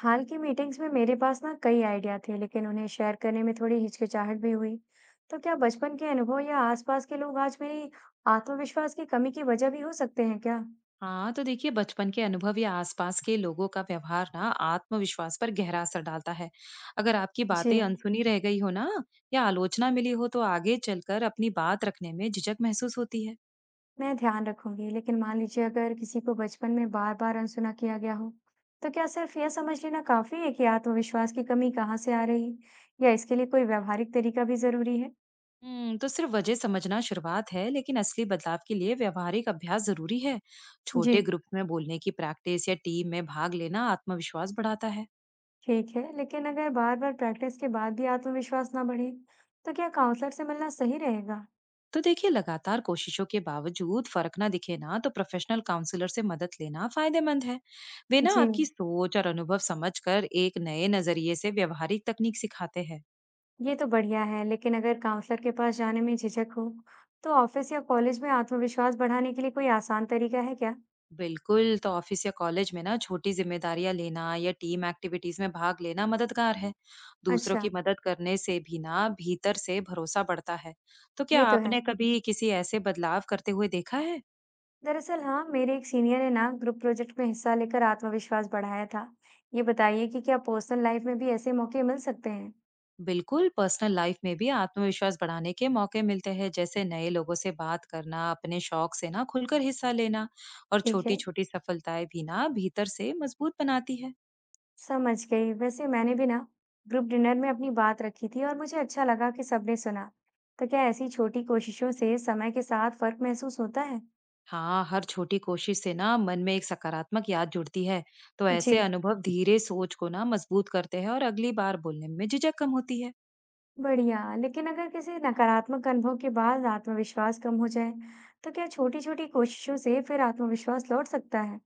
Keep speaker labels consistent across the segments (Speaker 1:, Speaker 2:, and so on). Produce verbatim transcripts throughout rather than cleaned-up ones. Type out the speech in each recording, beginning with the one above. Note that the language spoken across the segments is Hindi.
Speaker 1: हाल की मीटिंग्स में मेरे पास ना कई आइडिया थे, लेकिन उन्हें शेयर करने में थोड़ी हिचकिचाहट भी हुई। तो क्या बचपन के अनुभव या आसपास के लोग आज मेरी आत्मविश्वास की कमी की वजह भी हो सकते हैं क्या?
Speaker 2: हाँ, तो देखिए, बचपन के अनुभव या आसपास के लोगों का व्यवहार ना आत्मविश्वास पर गहरा असर डालता है। अगर आपकी
Speaker 1: जी,
Speaker 2: बातें अनसुनी रह गई हो ना, या आलोचना मिली हो, तो आगे चलकर अपनी बात रखने में झिझक महसूस होती है।
Speaker 1: मैं ध्यान रखूंगी, लेकिन मान लीजिए अगर किसी को बचपन में बार-बार अनसुना किया गया हो, तो क्या सिर्फ यह समझ लेना काफी है कि आत्मविश्वास की कमी कहाँ से आ रही है, या इसके लिए कोई व्यवहारिक तरीका भी जरूरी है?
Speaker 2: हम्म, तो सिर्फ वजह समझना शुरुआत है, लेकिन असली बदलाव के लिए व्यवहारिक अभ्यास जरूरी है।
Speaker 1: जी,
Speaker 2: छोटे ग्रुप में बोलने की प्रैक्टिस या टीम में भाग लेना आत्मविश्वास बढ़ाता है।
Speaker 1: ठीक है, लेकिन अगर बार-बार प्रैक्टिस के बाद भी आत्मविश्वास ना बढ़े, तो क्या काउंसलर से मिलना सही रहेगा?
Speaker 2: तो देखिए, लगातार कोशिशों के बावजूद फर्क ना दिखे ना, तो प्रोफेशनल काउंसलर से मदद लेना फायदेमंद है। वे ना
Speaker 1: जी,
Speaker 2: आपकी सोच और अनुभव समझकर एक नए नजरिए से व्यवहारिक तकनीक सिखाते हैं।
Speaker 1: ये तो बढ़िया है, लेकिन अगर काउंसलर के पास जाने में झिझक हो, तो ऑफिस या कॉलेज में आत्मविश्वास बढ़ाने के लिए कोई आसान तरीका है क्या?
Speaker 2: बिल्कुल, तो ऑफिस या कॉलेज में ना छोटी जिम्मेदारियां लेना या टीम एक्टिविटीज में भाग लेना मददगार है। दूसरों
Speaker 1: अच्छा,
Speaker 2: की मदद करने से भी ना भीतर से भरोसा बढ़ता है। तो क्या
Speaker 1: ये तो है।
Speaker 2: आपने कभी किसी ऐसे बदलाव करते हुए देखा है?
Speaker 1: दरअसल हाँ, मेरे एक सीनियर ने ना ग्रुप प्रोजेक्ट में हिस्सा लेकर आत्मविश्वास बढ़ाया था। ये बताइए कि क्या पर्सनल लाइफ में भी ऐसे मौके मिल सकते हैं?
Speaker 2: बिल्कुल, पर्सनल लाइफ में भी आत्मविश्वास बढ़ाने के मौके मिलते हैं, जैसे नए लोगों से बात करना, अपने शौक से ना खुलकर हिस्सा लेना, और
Speaker 1: ठीक है,
Speaker 2: छोटी-छोटी सफलताएं भी ना भीतर से मजबूत बनाती है।
Speaker 1: समझ गई। वैसे मैंने भी ना ग्रुप डिनर में अपनी बात रखी थी और मुझे अच्छा लगा कि सबने सुना। तो क्या ऐसी छोटी कोशिशों से समय के साथ फर्क महसूस होता है?
Speaker 2: हाँ, हर छोटी कोशिश से ना मन में एक सकारात्मक याद जुड़ती है, तो
Speaker 1: जी।
Speaker 2: ऐसे अनुभव धीरे सोच को ना मजबूत करते हैं और अगली बार बोलने में झिझक कम होती है।
Speaker 1: बढ़िया। लेकिन अगर किसी नकारात्मक अनुभव के बाद आत्मविश्वास कम हो जाए, तो क्या छोटी-छोटी कोशिशों से फिर आत्मविश्वास लौट सकता है?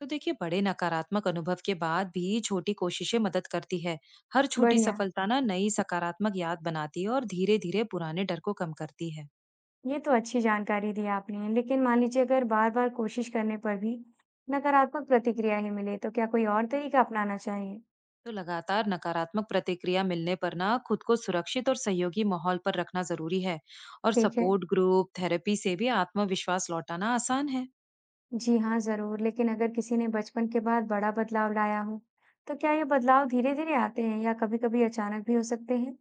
Speaker 2: तो देखिए, बड़े नकारात्मक अनुभव के बाद भी छोटी कोशिशें मदद करती है। हर छोटी
Speaker 1: बढ़िया।
Speaker 2: सफलता ना नई सकारात्मक याद बनाती है और धीरे-धीरे पुराने डर को कम करती है।
Speaker 1: ये तो अच्छी जानकारी दी आपने। लेकिन मान लीजिए अगर बार-बार कोशिश करने पर भी नकारात्मक प्रतिक्रिया ही मिले, तो क्या कोई और तरीका अपनाना चाहिए?
Speaker 2: तो लगातार नकारात्मक प्रतिक्रिया मिलने पर ना खुद को सुरक्षित और सहयोगी माहौल पर रखना जरूरी है, और
Speaker 1: ठीक है।
Speaker 2: सपोर्ट ग्रुप थेरेपी से भी आत्मविश्वास लौटाना आसान है।
Speaker 1: जी हाँ, ज़रूर। लेकिन अगर किसी ने बचपन के बाद बड़ा बदलाव लाया हो, तो क्या ये बदलाव धीरे-धीरे आते हैं या कभी-कभी अचानक भी हो सकते हैं?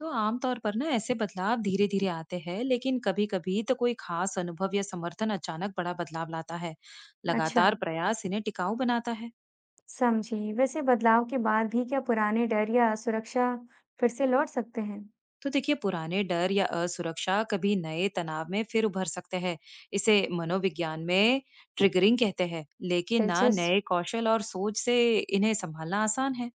Speaker 2: तो आमतौर पर ना ऐसे बदलाव धीरे धीरे आते हैं, लेकिन कभी कभी तो कोई खास अनुभव या समर्थन अचानक बड़ा बदलाव लाता है।
Speaker 1: अच्छा।
Speaker 2: लगातार प्रयास इन्हें टिकाऊ बनाता है।
Speaker 1: समझी। वैसे बदलाव के बाद भी क्या पुराने डर या सुरक्षा फिर से लौट सकते हैं?
Speaker 2: तो देखिए, पुराने डर या असुरक्षा कभी नए तनाव में फिर उभर सकते हैं। इसे मनोविज्ञान में ट्रिगरिंग कहते हैं, लेकिन ना
Speaker 1: दिलचस्प,
Speaker 2: नए कौशल और सोच से इन्हें संभालना आसान है।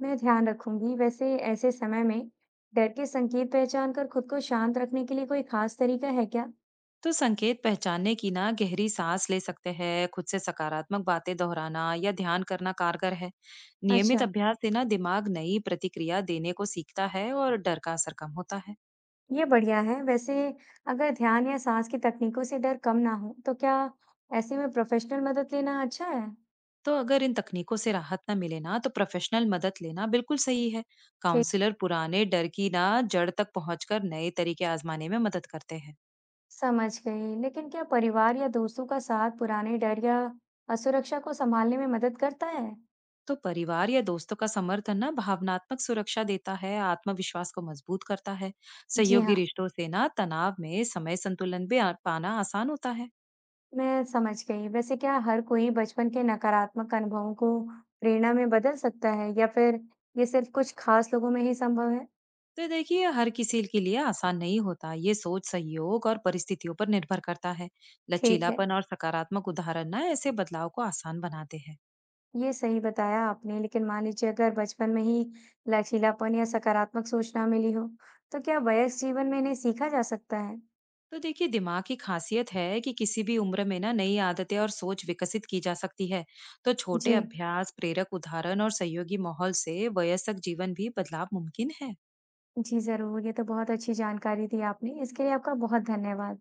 Speaker 1: मैं ध्यान रखूंगी। वैसे ऐसे समय में डर के संकेत पहचान कर खुद को शांत रखने के लिए कोई खास तरीका है क्या?
Speaker 2: तो संकेत पहचानने की ना गहरी सांस ले सकते हैं, खुद से सकारात्मक बातें दोहराना या ध्यान करना कारगर है। नियमित
Speaker 1: अच्छा,
Speaker 2: अभ्यास से ना दिमाग नई प्रतिक्रिया देने को सीखता है और डर का असर कम होता है।
Speaker 1: ये बढ़िया है। वैसे अगर ध्यान या सांस की तकनीकों से डर कम ना हो, तो क्या ऐसे में प्रोफेशनल मदद लेना अच्छा है?
Speaker 2: तो अगर इन तकनीकों से राहत ना मिले ना, तो प्रोफेशनल मदद लेना बिल्कुल सही है।
Speaker 1: ठीक,
Speaker 2: काउंसलर पुराने डर की ना जड़ तक पहुंचकर नए तरीके आजमाने में मदद करते हैं।
Speaker 1: समझ गई। लेकिन क्या परिवार या दोस्तों का साथ पुराने डर या असुरक्षा को संभालने में मदद करता है?
Speaker 2: तो परिवार या दोस्तों का समर्थन ना भावनात्मक सुरक्षा देता है, आत्मविश्वास को मजबूत करता है।
Speaker 1: जी
Speaker 2: सहयोगी
Speaker 1: हाँ।
Speaker 2: रिश्तों से ना तनाव में समय संतुलन भी आ- पाना आसान होता है।
Speaker 1: मैं समझ गई। वैसे क्या हर कोई बचपन के नकारात्मक अनुभवों को प्रेरणा में बदल सकता है या फिर ये सिर्फ कुछ खास लोगों में ही संभव है?
Speaker 2: तो देखिए, हर किसी के लिए आसान नहीं होता, ये सोच सहयोग और परिस्थितियों पर निर्भर करता है।
Speaker 1: ठीक है,
Speaker 2: लचीलापन और सकारात्मक उदाहरण ना ऐसे बदलाव को आसान बनाते हैं।
Speaker 1: ये सही बताया आपने। लेकिन मान लीजिए अगर बचपन में ही लचीलापन या सकारात्मक सोच ना मिली हो, तो क्या वयस्क जीवन में इन्हें सीखा जा सकता है?
Speaker 2: तो देखिए, दिमाग की खासियत है कि किसी भी उम्र में ना नई आदतें और सोच विकसित की जा सकती है। तो
Speaker 1: जी,
Speaker 2: छोटे अभ्यास, प्रेरक उदाहरण और सहयोगी माहौल से वयस्क जीवन भी बदलाव मुमकिन है।
Speaker 1: जी ज़रूर। ये तो बहुत अच्छी जानकारी दी आपने। इसके लिए आपका बहुत धन्यवाद।